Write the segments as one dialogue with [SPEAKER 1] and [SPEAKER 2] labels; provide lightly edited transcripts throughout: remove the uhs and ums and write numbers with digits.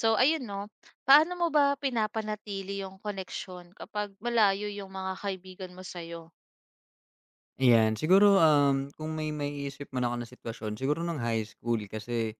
[SPEAKER 1] So ayun 'no, paano mo ba pinapanatili yung koneksyon kapag malayo yung mga kaibigan mo sa'yo?
[SPEAKER 2] Ayan, siguro, kung may maiisip man ako na sitwasyon, siguro nung high school kasi,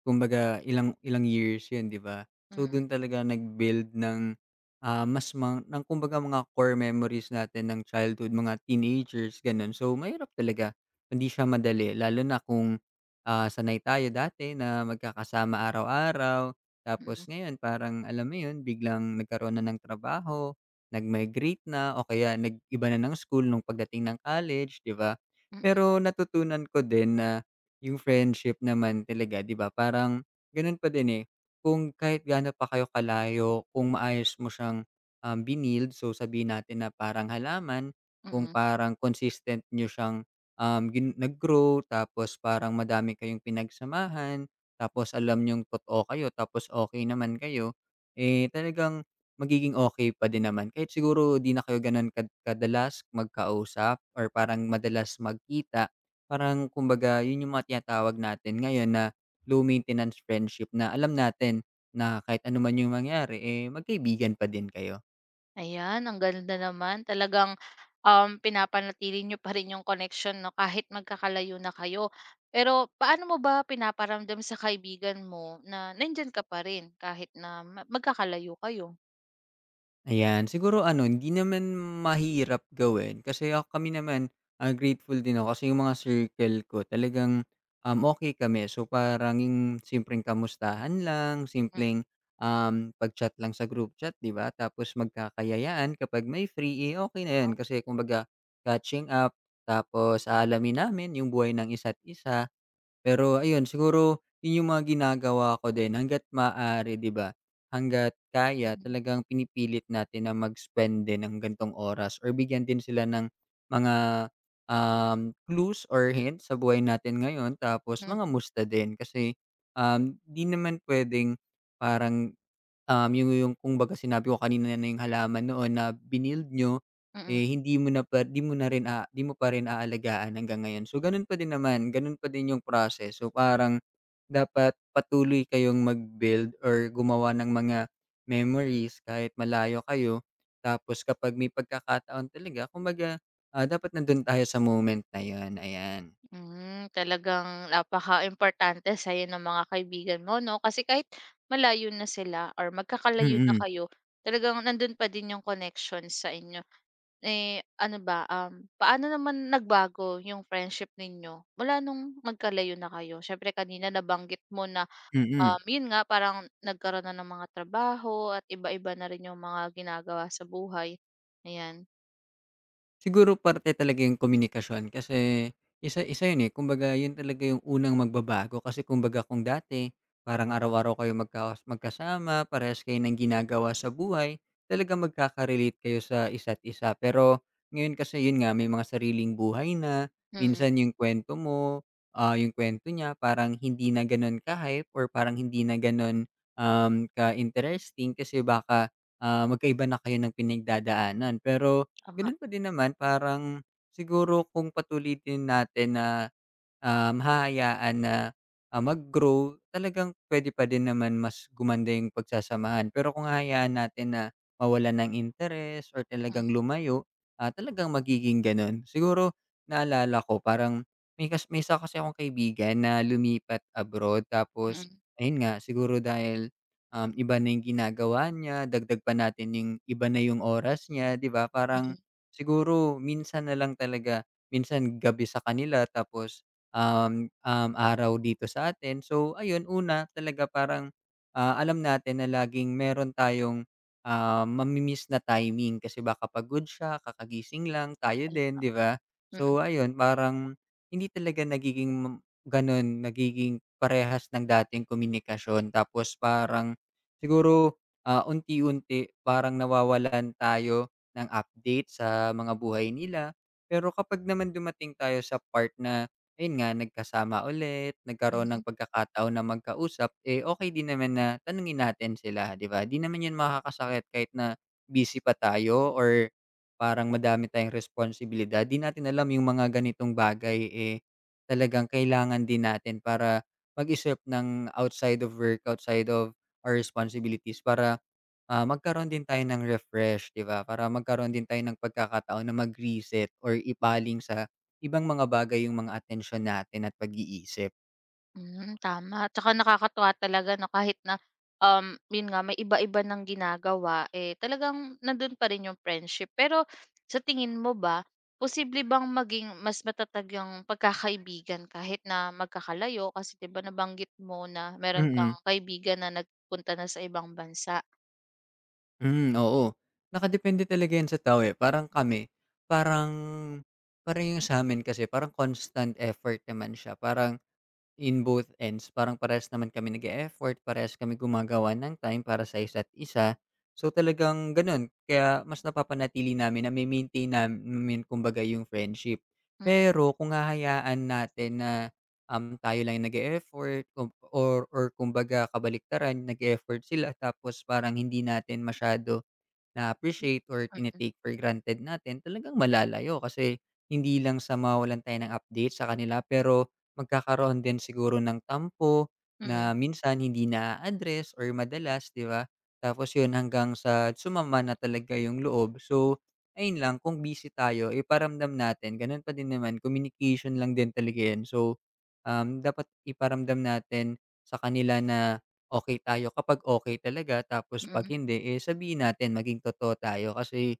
[SPEAKER 2] kumbaga ilang ilang years 'yun, 'di ba? So
[SPEAKER 1] Mm,
[SPEAKER 2] dun talaga nag-build ng, mas ma ng kumbaga mga core memories natin ng childhood, mga teenagers, gano'n. So mahirap talaga, hindi siya madali lalo na kung, sanay tayo dati na magkakasama araw-araw,
[SPEAKER 1] mm,
[SPEAKER 2] tapos ngayon parang alam mo 'yun, biglang nagkaroon na ng trabaho, nag-migrate na o kaya nag-iba na ng school nung pagdating ng college, 'di ba?
[SPEAKER 1] mm,
[SPEAKER 2] Pero natutunan ko din na yung friendship naman talaga 'di ba parang gano'n pa din, eh, kung kahit gaano pa kayo kalayo kung maayos mo siyang, binild so sabihin natin na parang halaman, kung
[SPEAKER 1] mm.
[SPEAKER 2] parang consistent niyo siyang, um, gin nag-grow tapos parang madami kayong pinagsamahan, tapos alam niyong totoo kayo tapos okay naman kayo, eh, talagang magiging okay pa din naman kahit siguro 'di na kayo gano'n ka kadalas magkausap or parang madalas magkita. Parang kumbaga yun yung mga tinatawag natin ngayon na low maintenance friendship na alam natin na kahit ano man yung mangyari, eh, magkaibigan pa din kayo.
[SPEAKER 1] Ayan, ang ganda naman. Talagang, pinapanatili niyo pa rin yung connection 'no, kahit magkakalayo na kayo. Pero paano mo ba pinaparamdam sa kaibigan mo na nandiyan ka pa rin kahit na magkakalayo kayo?
[SPEAKER 2] Ayan, siguro ano, hindi naman mahirap gawin kasi ako kami naman, grateful din ako kasi yung mga circle ko talagang, okey kami. So, parang yung simpleng kamustahan lang,
[SPEAKER 1] Mm,
[SPEAKER 2] simpleng, pag-chat lang sa group chat, 'di ba? Tapos magkakayayaan kapag may free, eh, okey na yun kasi kumbaga catching up tapos aalamin namin yung buhay ng isa't isa. Pero ayun, siguro 'yun yung mga ginagawa ko din hangga't maaari, 'di ba? Hangga't kaya
[SPEAKER 1] mm,
[SPEAKER 2] talagang pinipilit natin na mag-spend din ng gantong oras or bigyan din sila ng mga, clues or hints sa buhay natin ngayon tapos
[SPEAKER 1] mm,
[SPEAKER 2] mga musta din kasi, 'di naman pwedeng parang Um, yung kumbaga sinabi ko kanina na yung halaman noon na binuild niyo,
[SPEAKER 1] mm.
[SPEAKER 2] eh, hindi mo na pa di mo na rin a di mo pa rin aalagaan hanggang ngayon. So, ganun pa din naman, ganun pa din yung process. So, parang dapat patuloy kayong mag-build or gumawa ng mga memories kahit malayo kayo. Tapos kapag may pagkakataon talaga kumbaga, dapat nandun tayo sa moment na yun, ayan.
[SPEAKER 1] Hmm, talagang napakaimportante sa'yo ng mga kaibigan mo 'no, kasi kahit malayo na sila or magkakalayo na
[SPEAKER 2] Mm,
[SPEAKER 1] kayo, talagang nandun pa din yung connection sa inyo. Eh, ano ba, paano naman nagbago yung friendship ninyo mula nung magkalayo na kayo? Siyempre kanina nabanggit mo na,
[SPEAKER 2] mm.
[SPEAKER 1] yun nga parang nagkaroon na ng mga trabaho at iba-iba na rin yung mga ginagawa sa buhay, ayan.
[SPEAKER 2] Siguro parte talaga yung komunikasyon kasi isa isa yun, eh, kumbaga yun talaga yung unang magbabago kasi kumbaga kung dati parang araw-araw kayo magkasama, parehas kayo ng ginagawa sa buhay, talaga magkaka-relate kayo sa isa't isa. Pero ngayon kasi yun nga, may mga sariling buhay na,
[SPEAKER 1] Mm,
[SPEAKER 2] minsan yung kwento mo, yung kwento niya parang hindi na ganun ka-hype or parang hindi na ganun, ka-interesting kasi baka, magkaiba na kayo ng pinagdadaanan. Pero
[SPEAKER 1] tama,
[SPEAKER 2] gano'n pa din naman parang siguro kung patuloy din natin na hahayaan na, mag-grow, talagang pwede pa din naman mas gumanda yung pagsasamahan. Pero kung hahayaan natin na mawala ng interes or
[SPEAKER 1] mm,
[SPEAKER 2] talagang lumayo, talagang magiging gano'n. Siguro naalala ko parang may isa kasi akong kaibigan na lumipat abroad tapos
[SPEAKER 1] mm,
[SPEAKER 2] ayun nga, siguro dahil, iba na yung ginagawa niya, dagdag pa natin yung iba na yung oras niya, 'di ba? Parang
[SPEAKER 1] mm,
[SPEAKER 2] siguro minsan na lang talaga, minsan gabi sa kanila tapos um, um, araw dito sa atin. So ayun, una talaga parang, alam natin na laging meron tayong, mami na timing kasi baka pagod siya, kakagising lang, tayo din, 'di ba?
[SPEAKER 1] mm, mm,
[SPEAKER 2] So ayun, parang hindi talaga nagiging gano'n, nagiging parehas ng dating komunikasyon. Tapos parang siguro, unti-unti parang nawawalan tayo ng update sa mga buhay nila. Pero kapag naman dumating tayo sa part na ayun nga, nagkasama ulit, nagkaroon ng
[SPEAKER 1] mm.
[SPEAKER 2] pagkakataon na magkausap, eh, okay din naman na tanungin natin sila, 'di ba? 'Di naman 'yun makakasakit kahit na busy pa tayo or parang madami tayong responsibilidad, 'di natin alam yung mga ganitong bagay, eh, talagang kailangan din natin para mag-isip ng outside of work, outside of our responsibilities para magkaroon din tayo ng refresh, 'di ba? Para magkaroon din tayo ng pagkakataon na mag-reset or ipaling sa ibang mga bagay yung mga atensyon natin at pag-iisip.
[SPEAKER 1] Hmm, tama. Tsaka nakakatuwa talaga 'no, kahit na, yun nga may iba-iba ng ginagawa, eh, talagang nandun pa rin yung friendship. Pero sa tingin mo ba, posible bang maging mas matatag yung pagkakaibigan kahit na magkakalayo? Kasi 'di ba nabanggit mo na meron
[SPEAKER 2] Mm,
[SPEAKER 1] kang kaibigan na nagpunta na sa ibang bansa.
[SPEAKER 2] hmm, oo. Nakadepende talaga 'yan sa tao, eh. Parang kami, parang parang yung sa'min kasi parang constant effort naman siya. Parang in both ends, parang parehas naman kami nag-e-effort, parehas kami gumagawa ng time para sa isa't isa. So, talagang gano'n, kaya mas napapanatili namin, na name-maintain namin kumbaga yung friendship.
[SPEAKER 1] Mm,
[SPEAKER 2] Pero kung hahayaan natin na, tayo lang yung nag-e-effort kung or kumbaga kabaliktaran, nag-e-effort sila tapos parang hindi natin masyado na-appreciate or tine
[SPEAKER 1] mm.
[SPEAKER 2] for granted natin, talagang malalayo. Kasi hindi lang sa mawalan tayo ng update sa kanila, pero magkakaroon din siguro ng tampo
[SPEAKER 1] Mm,
[SPEAKER 2] na minsan hindi na address or madalas, 'di ba? Tapos 'yun hanggang sa sumama na talaga 'yung loob. So, ayun lang kung busy tayo iparamdam natin gano'n pa din naman communication lang din talaga 'yan. So, dapat iparamdam natin sa kanila na okay tayo kapag okay talaga tapos 'pag
[SPEAKER 1] mm.
[SPEAKER 2] hindi, eh, sabihin natin maging totoo tayo kasi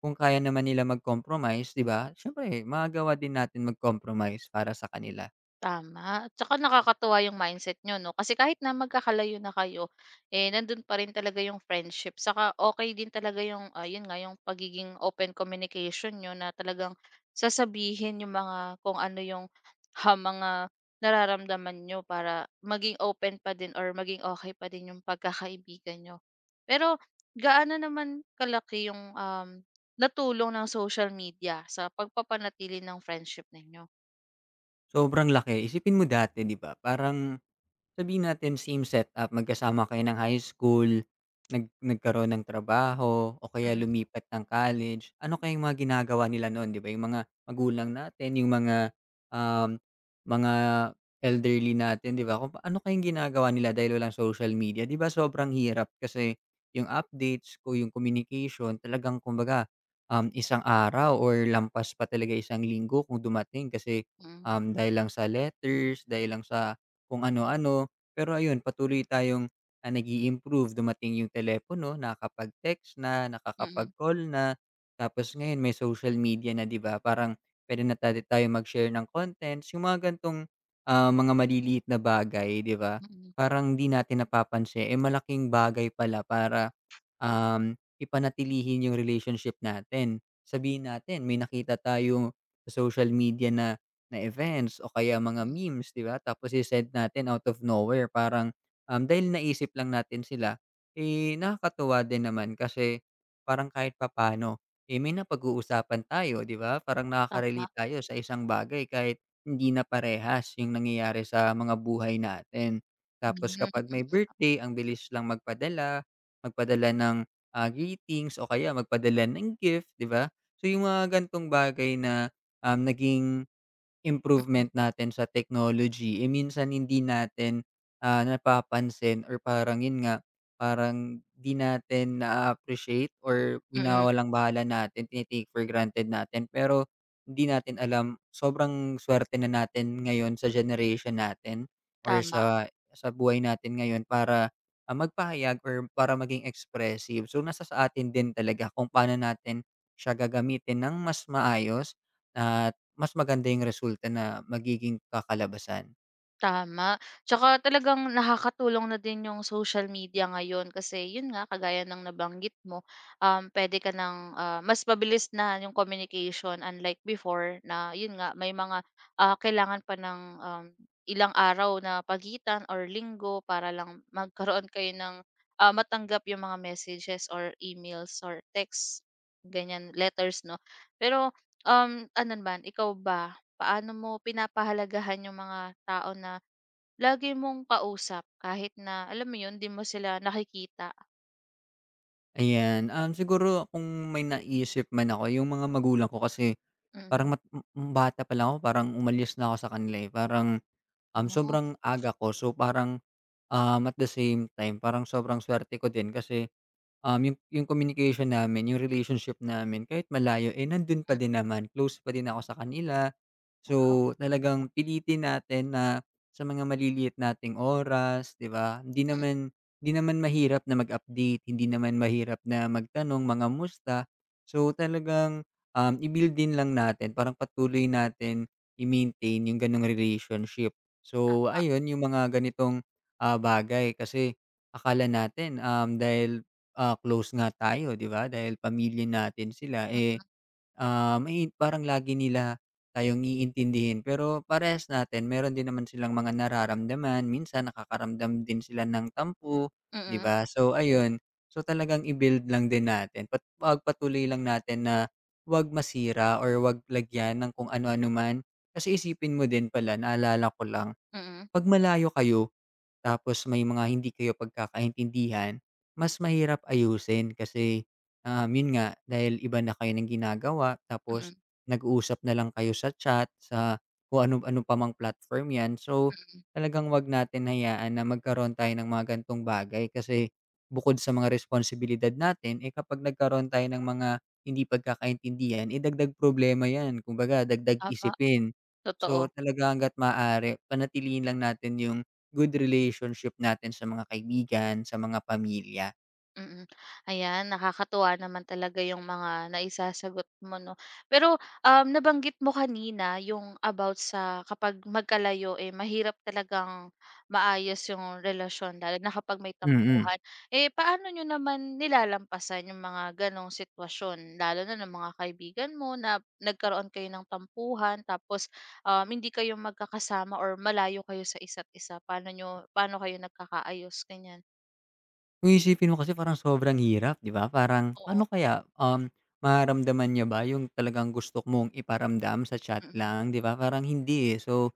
[SPEAKER 2] kung kaya naman nila mag-compromise, 'di ba? Siyempre magagawa din natin mag-compromise para sa kanila.
[SPEAKER 1] Tama, at saka nakakatuwa yung mindset niyo 'no, kasi kahit na magkakalayo na kayo, eh, nandun pa rin talaga yung friendship saka okey din talaga yung, ayun yun nga yung pagiging open communication niyo na talagang sasabihin yung mga kung ano yung, mga nararamdaman niyo para maging open pa din or maging okey pa din yung pagkakaibigan niyo. Pero gaano naman kalaki yung, natulong ng social media sa pagpapanatili ng friendship ninyo?
[SPEAKER 2] Sobrang laki, isipin mo dati, 'di ba, parang sabihin natin same setup, magkasama kayo ng high school, nagkaroon ng trabaho o kaya
[SPEAKER 1] Mm,
[SPEAKER 2] lumipat ng college. Ano kayang mga ginagawa nila noon, 'di ba? Yung mga magulang natin, yung mga, um, mga elderly natin, 'di ba? Kung ano kayang ginagawa nila dahil walang social media, 'di ba sobrang hirap kasi yung updates ko, yung communication talagang kumbaga, isang araw or lampas pa talaga isang linggo kung dumating kasi,
[SPEAKER 1] mm,
[SPEAKER 2] dahil lang sa letters, dahil lang sa kung ano-ano. Pero ayun, patuloy tayong, nag improve. Dumating yung telepono, nakakapag-text na,
[SPEAKER 1] mm.
[SPEAKER 2] nakakapag-call na. Tapos ngayon may social media na, 'di ba? Parang puwede na tayong mag-share ng contents. Yung mga ganitong, mga maliliit na bagay, 'di ba?
[SPEAKER 1] Mm,
[SPEAKER 2] Parang 'di natin napapansin, eh, malaking bagay pala para, um, ipanatilihin yung relationship natin. Sabihin natin may nakita tayo sa social media na na events o kaya mga
[SPEAKER 1] mm,
[SPEAKER 2] memes, 'di ba? Tapos se-send natin out of nowhere parang, dahil naisip lang natin sila, eh, nakakatuwa din naman kasi parang kahit papano eh, may napag-uusapan tayo, 'di ba? Parang
[SPEAKER 1] tama.
[SPEAKER 2] nakaka-relate tayo sa isang bagay kahit hindi na parehas yung nangyayari sa mga buhay natin. Tapos
[SPEAKER 1] Hmm,
[SPEAKER 2] kapag may birthday, ang bilis lang magpadala, magpadala ng, greetings o kaya magpadala ng gift, 'di ba? So, yung mga gantong bagay na, naging
[SPEAKER 1] mm,
[SPEAKER 2] improvement natin sa technology, eh, minsan hindi natin, napapansin or parang yun nga, parang di natin na appreciate or
[SPEAKER 1] mm,
[SPEAKER 2] winawalang-bahala natin, tini for granted natin. Pero hindi natin alam sobrang swerte na natin ngayon sa generation natin or
[SPEAKER 1] tama.
[SPEAKER 2] sa buhay natin ngayon para, magpahayag or para maging expressive. So, nasa sa atin din talaga kung paano natin siya gagamitin ng mas maayos at mas maganda yung resulta na magiging kakalabasan,
[SPEAKER 1] Tama. Tsaka talagang nakakatulong na din yung social media ngayon kasi yun nga, kagaya ng nabanggit mo, pwede ka ng mas mabilis na yung communication unlike before na yun nga, may mga kailangan pa ng ilang araw na pagitan or linggo para lang magkaroon kayo ng matanggap yung mga messages or emails or texts, ganyan, letters, no? Pero, ano ba, ikaw ba, paano mo pinapahalagahan yung mga tao na lagi mong kausap kahit na alam mo yun, 'di mo sila nakikita?
[SPEAKER 2] ayan. Siguro kung may naisip man ako yung mga magulang ko kasi
[SPEAKER 1] Mm.
[SPEAKER 2] parang bata pa lang ako parang umalis na ako sa kanila, eh. Parang,
[SPEAKER 1] Oh,
[SPEAKER 2] sobrang aga ko so parang, at the same time parang sobrang suwerte ko din kasi Um, yung communication namin, yung relationship namin kahit malayo, eh, nandun pa
[SPEAKER 1] mm,
[SPEAKER 2] din naman, close pa din ako sa kanila.
[SPEAKER 1] wow.
[SPEAKER 2] So, talagang pilitin natin na sa mga maliliit nating oras, 'di ba? Hindi
[SPEAKER 1] Mm,
[SPEAKER 2] naman hindi naman mahirap na mag-update, hindi naman mahirap na magtanong, mga musta. So, talagang, i-build din lang natin, parang patuloy natin i-maintain yung gano'ng relationship. So, ayun yung mga ganitong, bagay kasi akala natin, dahil close nga tayo 'di ba, dahil pamilya natin sila, eh, ah, mai parang lagi nila tayong iintindihin pero parehas natin meron din naman silang mga nararamdaman, minsan nakakaramdam din sila ng tampo 'di
[SPEAKER 1] mm,
[SPEAKER 2] ba? So ayun, so talagang i-build lang din natin pagpatuloy lang natin na 'wag masira or 'wag lagyan ng kung ano-ano man. Kasi isipin mo din pala naalala ko lang,
[SPEAKER 1] mm,
[SPEAKER 2] 'pag malayo kayo tapos may mga hindi kayo pagkakaintindihan, mas mahirap ayusin kasi, yun nga dahil iba na kayo ng ginagawa
[SPEAKER 1] mm,
[SPEAKER 2] tapos
[SPEAKER 1] mm,
[SPEAKER 2] nag-uusap na lang kayo sa chat, sa kung ano-ano pa mang platform 'yan. So,
[SPEAKER 1] mm,
[SPEAKER 2] talagang 'wag natin hayaan na magkaroon tayo ng mga ganitong bagay kasi bukod sa mga responsibilidad natin, eh, kapag nagkaroon tayo ng mga hindi pagkakaintindihan, eh, dagdag problema 'yan, kumbaga dagdag
[SPEAKER 1] tama,
[SPEAKER 2] isipin. So,
[SPEAKER 1] totoo.
[SPEAKER 2] talaga hangga't maaari panatilihin lang natin yung good relationship natin sa mga kaibigan, sa mga pamilya.
[SPEAKER 1] Mm. Ayan, nakakatuwa naman talaga yung mga naisasagot mo 'no. Pero, nabanggit mo kanina yung about sa kapag magkalayo, eh, mahirap talagang maayos yung relasyon lalo na kapag may
[SPEAKER 2] Mm.
[SPEAKER 1] tampuhan. Eh, paano niyo naman nilalampasan yung mga gano'ng sitwasyon lalo na ng mga kaibigan mo na nagkaroon kayo ng tampuhan tapos, hindi kayo magkakasama or malayo kayo sa isa't isa? Paano kayo nagkakaayos, ganyan?
[SPEAKER 2] Kung isipin mo kasi parang sobrang hirap, 'di ba? Parang
[SPEAKER 1] Oo,
[SPEAKER 2] paano kaya, mararamdaman niya ba yung talagang gusto mong iparamdam sa chat
[SPEAKER 1] mm,
[SPEAKER 2] lang, 'di ba? Parang hindi, eh. So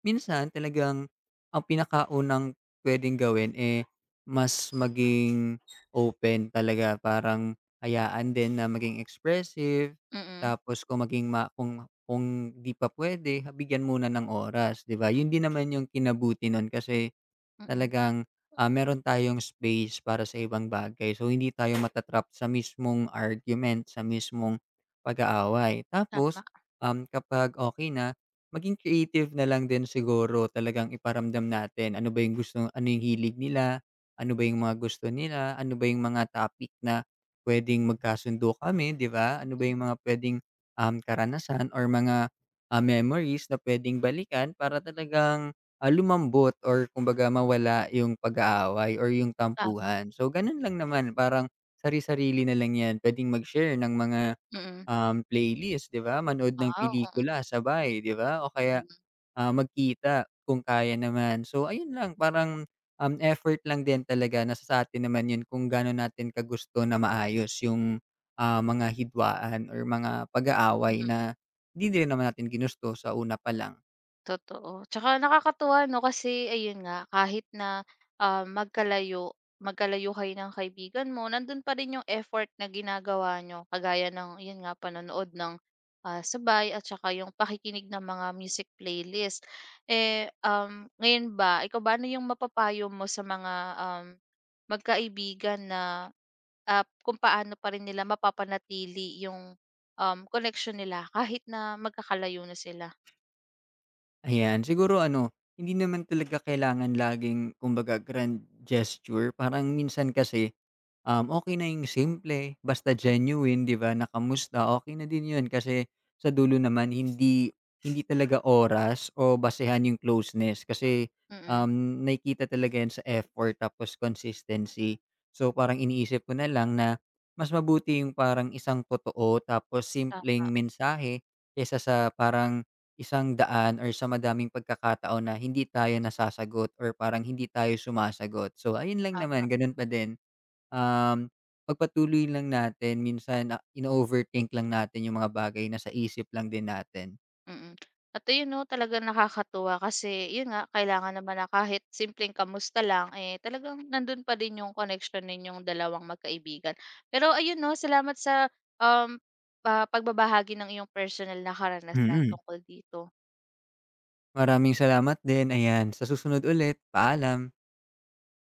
[SPEAKER 2] minsan talagang ang pinakaunang puwedeng gawin, eh, mas maging open talaga parang hayaan din na maging expressive.
[SPEAKER 1] mm.
[SPEAKER 2] Tapos kung maging ma kung 'di pa puwede, bigyan muna ng oras, 'di ba? Yun din naman yung kinabuti nun kasi
[SPEAKER 1] Mm,
[SPEAKER 2] talagang, meron tayong space para sa ibang bagay. So, hindi tayo mata sa mismong argument, sa mismong pag-aaway. Tapos,
[SPEAKER 1] tama,
[SPEAKER 2] kapag okay na, maging creative na lang din siguro talagang iparamdam natin ano ba yung gusto ano yung hilig nila, ano ba yung mga gusto nila, ano ba yung mga topic na puwedeng magkasundo kami, 'di ba? Ano ba yung mga puwedeng, karanasan or mga, memories na puwedeng balikan para talagang lumambot or kumbaga mawala yung pag-aaway or yung
[SPEAKER 1] tama,
[SPEAKER 2] tampuhan. So ganun lang naman, parang sari-sarili na lang 'yan. Puwedeng mag-share ng mga,
[SPEAKER 1] mm.
[SPEAKER 2] playlist, 'di ba, manood ng
[SPEAKER 1] Wow, oo,
[SPEAKER 2] pelikula sabay, 'di ba, o kaya,
[SPEAKER 1] mm,
[SPEAKER 2] magkita kung kaya naman. So ayun lang, parang, effort lang din talaga. Nasa sa'tin naman yun kung ganon natin kagusto na maayos yung, mga hidwaan or mga pag-aaway
[SPEAKER 1] mm,
[SPEAKER 2] na hindi din naman natin ginusto sa una pa lang.
[SPEAKER 1] totoo. Tsaka nakakatuwa 'no, kasi ayun nga kahit na, magkalayo magkalayo kayo ng kaibigan mo nandun pa rin yung effort na ginagawa niyo kagaya ng yun nga panonood ng, sabay at saka yung pakikinig ng mga music playlist. Eh, ngayon ba ikaw ba ano yung mapapayo mo sa mga, um, magkaibigan na kung paano pa rin nila mapapanatili yung, koneksyon nila kahit na magkakalayo na sila.
[SPEAKER 2] Ayan, siguro ano, hindi naman talaga kailangan laging kumbaga grand gesture, parang minsan kasi, okay na yung simple, basta
[SPEAKER 1] Mm,
[SPEAKER 2] genuine 'di ba, na kamusta, na din yun kasi sa dulo naman hindi hindi talaga oras o basehan yung closeness kasi,
[SPEAKER 1] mm.
[SPEAKER 2] nakikita talaga yan sa effort tapos consistency. So, parang iniisip ko na lang na mas mabuti yung parang isang totoo tapos
[SPEAKER 1] Tama,
[SPEAKER 2] simpleng mensahe kaysa sa parang 100 or sa madaming pagkakataon na hindi tayo nasasagot or parang hindi tayo sumasagot. So, ayun lang
[SPEAKER 1] tama,
[SPEAKER 2] naman gano'n pa din, um, pagpatuloy lang natin minsan, ino-overthink lang natin yung mga bagay na sa isip lang din natin.
[SPEAKER 1] mm. At ayun 'no, talagang nakakatuwa kasi yun nga, kailangan naman na kahit simpleng kamusta lang, eh, talagang nandun pa din yung koneksyon ninyong dalawang magkaibigan. Pero ayun 'no, salamat sa, um, pagbabahagi ng iyong personal na karanasan
[SPEAKER 2] Mm.
[SPEAKER 1] tungkol dito.
[SPEAKER 2] Maraming salamat din, ayan, sa susunod ulit, paalam.